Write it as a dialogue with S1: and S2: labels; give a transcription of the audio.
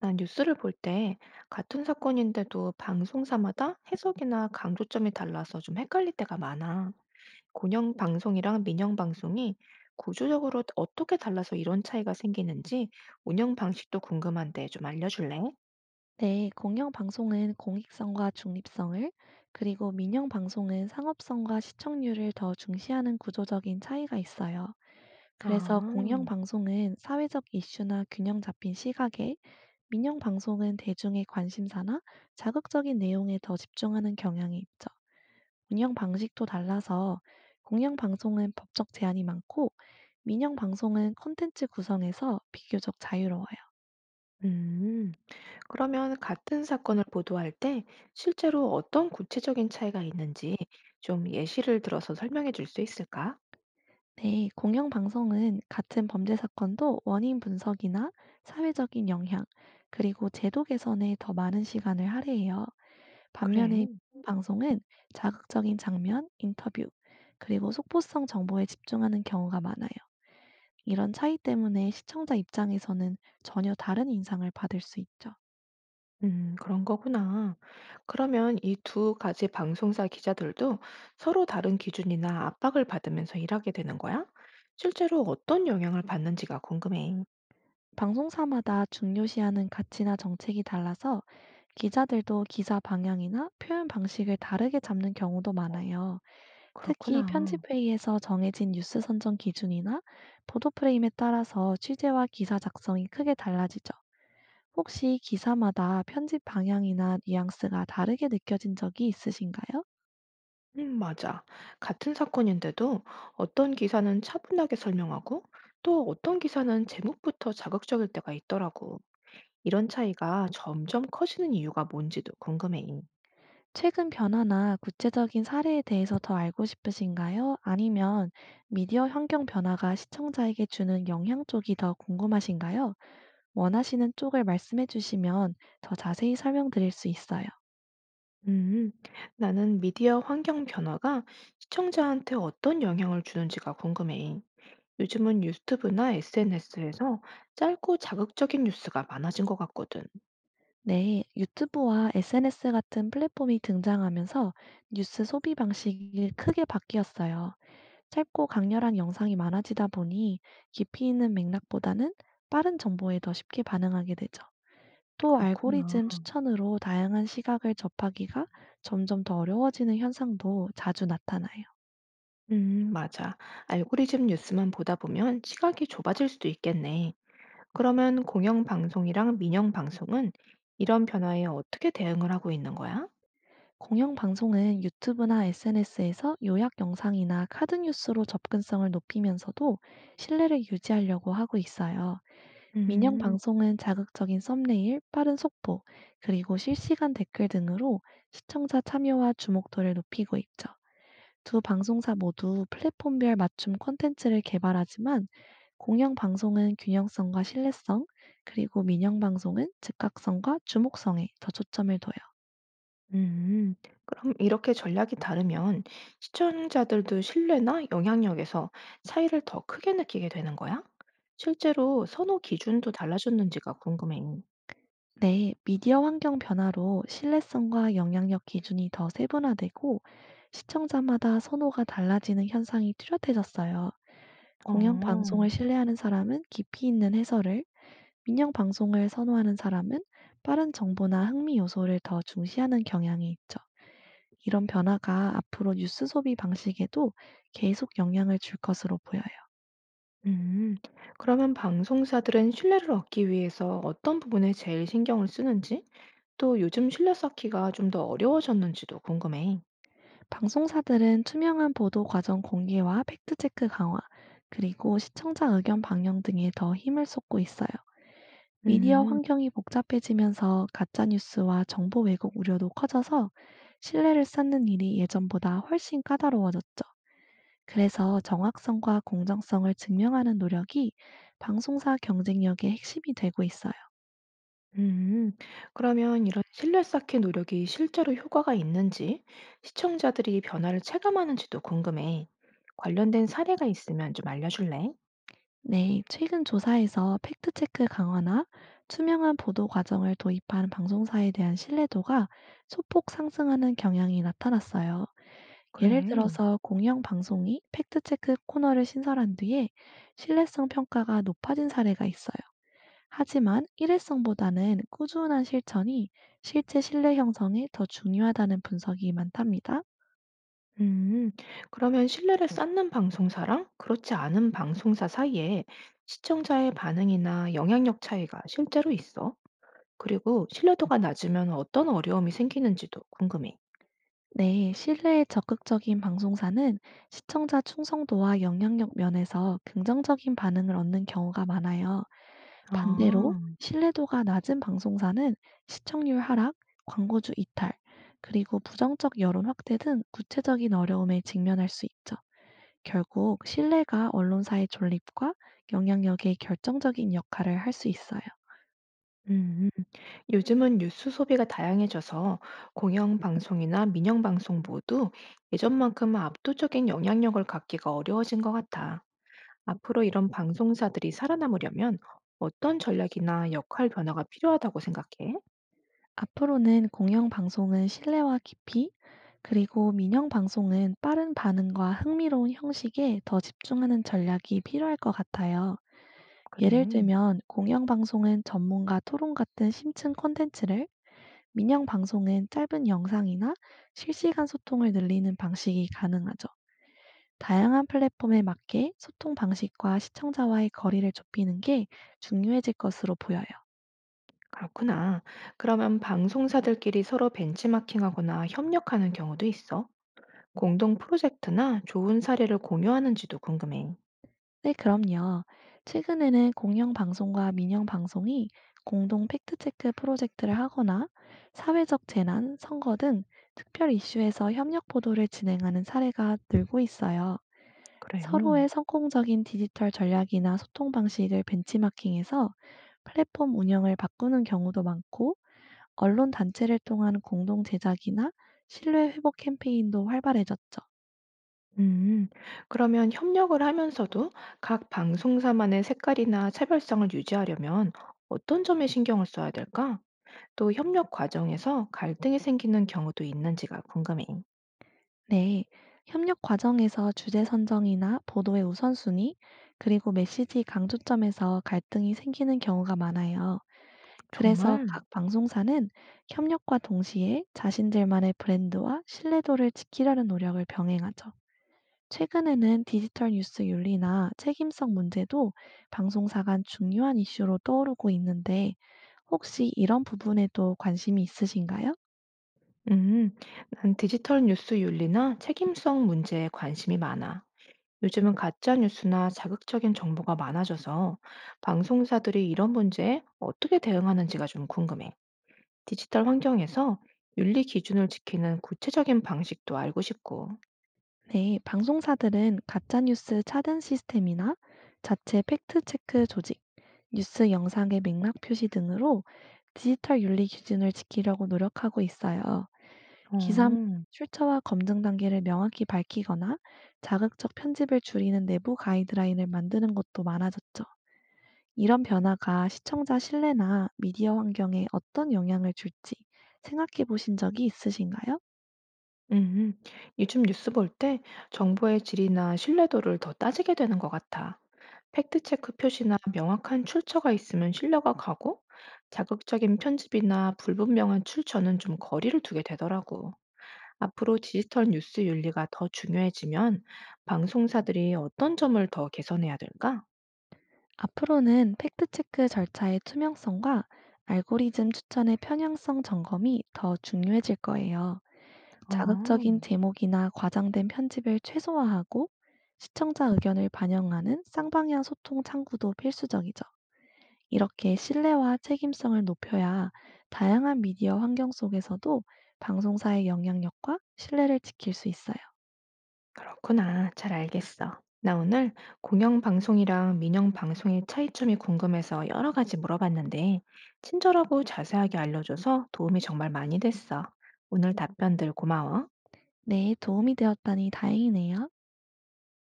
S1: 난 뉴스를 볼 때 같은 사건인데도 방송사마다 해석이나 강조점이 달라서 좀 헷갈릴 때가 많아. 공영 방송이랑 민영 방송이 구조적으로 어떻게 달라서 이런 차이가 생기는지 운영 방식도 궁금한데 좀 알려줄래?
S2: 네, 공영 방송은 공익성과 중립성을, 그리고 민영 방송은 상업성과 시청률을 더 중시하는 구조적인 차이가 있어요. 그래서 공영
S1: 아,
S2: 방송은 사회적 이슈나 균형 잡힌 시각에, 민영 방송은 대중의 관심사나 자극적인 내용에 더 집중하는 경향이 있죠. 운영 방식도 달라서 공영 방송은 법적 제한이 많고, 민영 방송은 콘텐츠 구성에서 비교적 자유로워요.
S1: 음. 그러면 같은 사건을 보도할 때 실제로 어떤 구체적인 차이가 있는지 좀 예시를 들어서 설명해 줄 수 있을까?
S2: 네, 공영 방송은 같은 범죄 사건도 원인 분석이나 사회적인 영향, 그리고 제도 개선에 더 많은 시간을 할애해요. 반면에
S1: 그래.
S2: 방송은 자극적인 장면, 인터뷰, 그리고 속보성 정보에 집중하는 경우가 많아요. 이런 차이 때문에 시청자 입장에서는 전혀 다른 인상을 받을 수 있죠.
S1: 그런 거구나. 그러면 이 두 가지 방송사 기자들도 서로 다른 기준이나 압박을 받으면서 일하게 되는 거야? 실제로 어떤 영향을 받는지가 궁금해.
S2: 방송사마다 중요시하는 가치나 정책이 달라서 기자들도 기사 방향이나 표현 방식을 다르게 잡는 경우도 많아요. 특히
S1: 그렇구나.
S2: 편집회의에서 정해진 뉴스 선정 기준이나 보도 프레임에 따라서 취재와 기사 작성이 크게 달라지죠. 혹시 기사마다 편집 방향이나 뉘앙스가 다르게 느껴진 적이 있으신가요?
S1: 맞아. 같은 사건인데도 어떤 기사는 차분하게 설명하고 또 어떤 기사는 제목부터 자극적일 때가 있더라고. 이런 차이가 점점 커지는 이유가 뭔지도 궁금해.
S2: 최근 변화나 구체적인 사례에 대해서 더 알고 싶으신가요? 아니면 미디어 환경 변화가 시청자에게 주는 영향 쪽이 더 궁금하신가요? 원하시는 쪽을 말씀해 주시면 더 자세히 설명드릴 수 있어요.
S1: 음, 나는 미디어 환경 변화가 시청자한테 어떤 영향을 주는지가 궁금해. 요즘은 유튜브나 SNS에서 짧고 자극적인 뉴스가 많아진 것 같거든.
S2: 네, 유튜브와 SNS 같은 플랫폼이 등장하면서 뉴스 소비 방식이 크게 바뀌었어요. 짧고 강렬한 영상이 많아지다 보니 깊이 있는 맥락보다는 빠른 정보에 더 쉽게 반응하게 되죠. 또
S1: 그렇구나.
S2: 알고리즘 추천으로 다양한 시각을 접하기가 점점 더 어려워지는 현상도 자주 나타나요.
S1: 맞아. 알고리즘 뉴스만 보다 보면 시각이 좁아질 수도 있겠네. 그러면 공영 방송이랑 민영 방송은 이런 변화에 어떻게 대응을 하고 있는 거야?
S2: 공영 방송은 유튜브나 SNS에서 요약 영상이나 카드 뉴스로 접근성을 높이면서도 신뢰를 유지하려고 하고 있어요. 민영
S1: 음.
S2: 방송은 자극적인 썸네일, 빠른 속보, 그리고 실시간 댓글 등으로 시청자 참여와 주목도를 높이고 있죠. 두 방송사 모두 플랫폼별 맞춤 콘텐츠를 개발하지만 공영 방송은 균형성과 신뢰성, 그리고 민영 방송은 즉각성과 주목성에 더 초점을 둬요.
S1: 음, 그럼 이렇게 전략이 다르면 시청자들도 신뢰나 영향력에서 차이를 더 크게 느끼게 되는 거야? 실제로 선호 기준도 달라졌는지가 궁금해.
S2: 네, 미디어 환경 변화로 신뢰성과 영향력 기준이 더 세분화되고 시청자마다 선호가 달라지는 현상이 뚜렷해졌어요. 공영
S1: 어,
S2: 방송을 신뢰하는 사람은 깊이 있는 해설을, 민영 방송을 선호하는 사람은 빠른 정보나 흥미 요소를 더 중시하는 경향이 있죠. 이런 변화가 앞으로 뉴스 소비 방식에도 계속 영향을 줄 것으로 보여요.
S1: 음, 그러면 방송사들은 신뢰를 얻기 위해서 어떤 부분에 제일 신경을 쓰는지, 또 요즘 신뢰 쌓기가 좀 더 어려워졌는지도 궁금해.
S2: 방송사들은 투명한 보도 과정 공개와 팩트체크 강화, 그리고 시청자 의견 방영 등에 더 힘을 쏟고 있어요. 미디어
S1: 음.
S2: 환경이 복잡해지면서 가짜뉴스와 정보 왜곡 우려도 커져서 신뢰를 쌓는 일이 예전보다 훨씬 까다로워졌죠. 그래서 정확성과 공정성을 증명하는 노력이 방송사 경쟁력의 핵심이 되고 있어요.
S1: 음, 그러면 이런 신뢰 쌓기 노력이 실제로 효과가 있는지, 시청자들이 변화를 체감하는지도 궁금해. 관련된 사례가 있으면 좀 알려줄래?
S2: 네, 최근 조사에서 팩트체크 강화나 투명한 보도 과정을 도입한 방송사에 대한 신뢰도가 소폭 상승하는 경향이 나타났어요. 예를
S1: 그래.
S2: 들어서 공영방송이 팩트체크 코너를 신설한 뒤에 신뢰성 평가가 높아진 사례가 있어요. 하지만 일회성보다는 꾸준한 실천이 실제 신뢰 형성에 더 중요하다는 분석이 많답니다.
S1: 음, 그러면 신뢰를 쌓는 방송사랑 그렇지 않은 방송사 사이에 시청자의 반응이나 영향력 차이가 실제로 있어? 그리고 신뢰도가 낮으면 어떤 어려움이 생기는지도 궁금해.
S2: 네, 신뢰에 적극적인 방송사는 시청자 충성도와 영향력 면에서 긍정적인 반응을 얻는 경우가 많아요. 반대로
S1: 아.
S2: 신뢰도가 낮은 방송사는 시청률 하락, 광고주 이탈, 그리고 부정적 여론 확대 등 구체적인 어려움에 직면할 수 있죠. 결국 신뢰가 언론사의 존립과 영향력에 결정적인 역할을 할 수 있어요.
S1: 음, 요즘은 뉴스 소비가 다양해져서 공영 방송이나 민영 방송 모두 예전만큼 압도적인 영향력을 갖기가 어려워진 것 같아. 앞으로 이런 방송사들이 살아남으려면 어떤 전략이나 역할 변화가 필요하다고 생각해?
S2: 앞으로는 공영 방송은 신뢰와 깊이, 그리고 민영 방송은 빠른 반응과 흥미로운 형식에 더 집중하는 전략이 필요할 것 같아요.
S1: 그래,
S2: 예를 들면 공영 방송은 전문가 토론 같은 심층 콘텐츠를, 민영 방송은 짧은 영상이나 실시간 소통을 늘리는 방식이 가능하죠. 다양한 플랫폼에 맞게 소통 방식과 시청자와의 거리를 좁히는 게 중요해질 것으로 보여요.
S1: 그렇구나. 그러면 방송사들끼리 서로 벤치마킹하거나 협력하는 경우도 있어? 공동 프로젝트나 좋은 사례를 공유하는지도 궁금해.
S2: 네, 그럼요. 최근에는 공영 방송과 민영 방송이 공동 팩트체크 프로젝트를 하거나 사회적 재난, 선거 등 특별 이슈에서 협력 보도를 진행하는 사례가 늘고 있어요.
S1: 그래.
S2: 서로의 성공적인 디지털 전략이나 소통 방식을 벤치마킹해서 플랫폼 운영을 바꾸는 경우도 많고, 언론 단체를 통한 공동 제작이나 신뢰 회복 캠페인도 활발해졌죠.
S1: 음, 그러면 협력을 하면서도 각 방송사만의 색깔이나 차별성을 유지하려면 어떤 점에 신경을 써야 될까? 또 협력 과정에서 갈등이 생기는 경우도 있는지가 궁금해.
S2: 네, 협력 과정에서 주제 선정이나 보도의 우선순위, 그리고 메시지 강조점에서 갈등이 생기는 경우가 많아요. 그래서
S1: 정말?
S2: 각 방송사는 협력과 동시에 자신들만의 브랜드와 신뢰도를 지키려는 노력을 병행하죠. 최근에는 디지털 뉴스 윤리나 책임성 문제도 방송사 간 중요한 이슈로 떠오르고 있는데, 혹시 이런 부분에도 관심이 있으신가요?
S1: 음, 난 디지털 뉴스 윤리나 책임성 문제에 관심이 많아. 요즘은 가짜 뉴스나 자극적인 정보가 많아져서 방송사들이 이런 문제에 어떻게 대응하는지가 좀 궁금해. 디지털 환경에서 윤리 기준을 지키는 구체적인 방식도 알고 싶고.
S2: 네, 방송사들은 가짜뉴스 차단 시스템이나 자체 팩트체크 조직, 뉴스 영상의 맥락 표시 등으로 디지털 윤리 기준을 지키려고 노력하고 있어요.
S1: 어.
S2: 기사 출처와 검증 단계를 명확히 밝히거나 자극적 편집을 줄이는 내부 가이드라인을 만드는 것도 많아졌죠. 이런 변화가 시청자 신뢰나 미디어 환경에 어떤 영향을 줄지 생각해 보신 적이 있으신가요?
S1: 음. 요즘 뉴스 볼 때 정보의 질이나 신뢰도를 더 따지게 되는 것 같아. 팩트체크 표시나 명확한 출처가 있으면 신뢰가 가고, 자극적인 편집이나 불분명한 출처는 좀 거리를 두게 되더라고. 앞으로 디지털 뉴스 윤리가 더 중요해지면 방송사들이 어떤 점을 더 개선해야 될까?
S2: 앞으로는 팩트체크 절차의 투명성과 알고리즘 추천의 편향성 점검이 더 중요해질 거예요.
S1: 어.
S2: 자극적인 제목이나 과장된 편집을 최소화하고 시청자 의견을 반영하는 쌍방향 소통 창구도 필수적이죠. 이렇게 신뢰와 책임성을 높여야 다양한 미디어 환경 속에서도 방송사의 영향력과 신뢰를 지킬 수 있어요.
S1: 그렇구나. 잘 알겠어. 나 오늘 공영 방송이랑 민영 방송의 차이점이 궁금해서 여러 가지 물어봤는데, 친절하고 자세하게 알려줘서 도움이 정말 많이 됐어. 오늘 답변들 고마워.
S2: 네, 도움이 되었다니 다행이네요.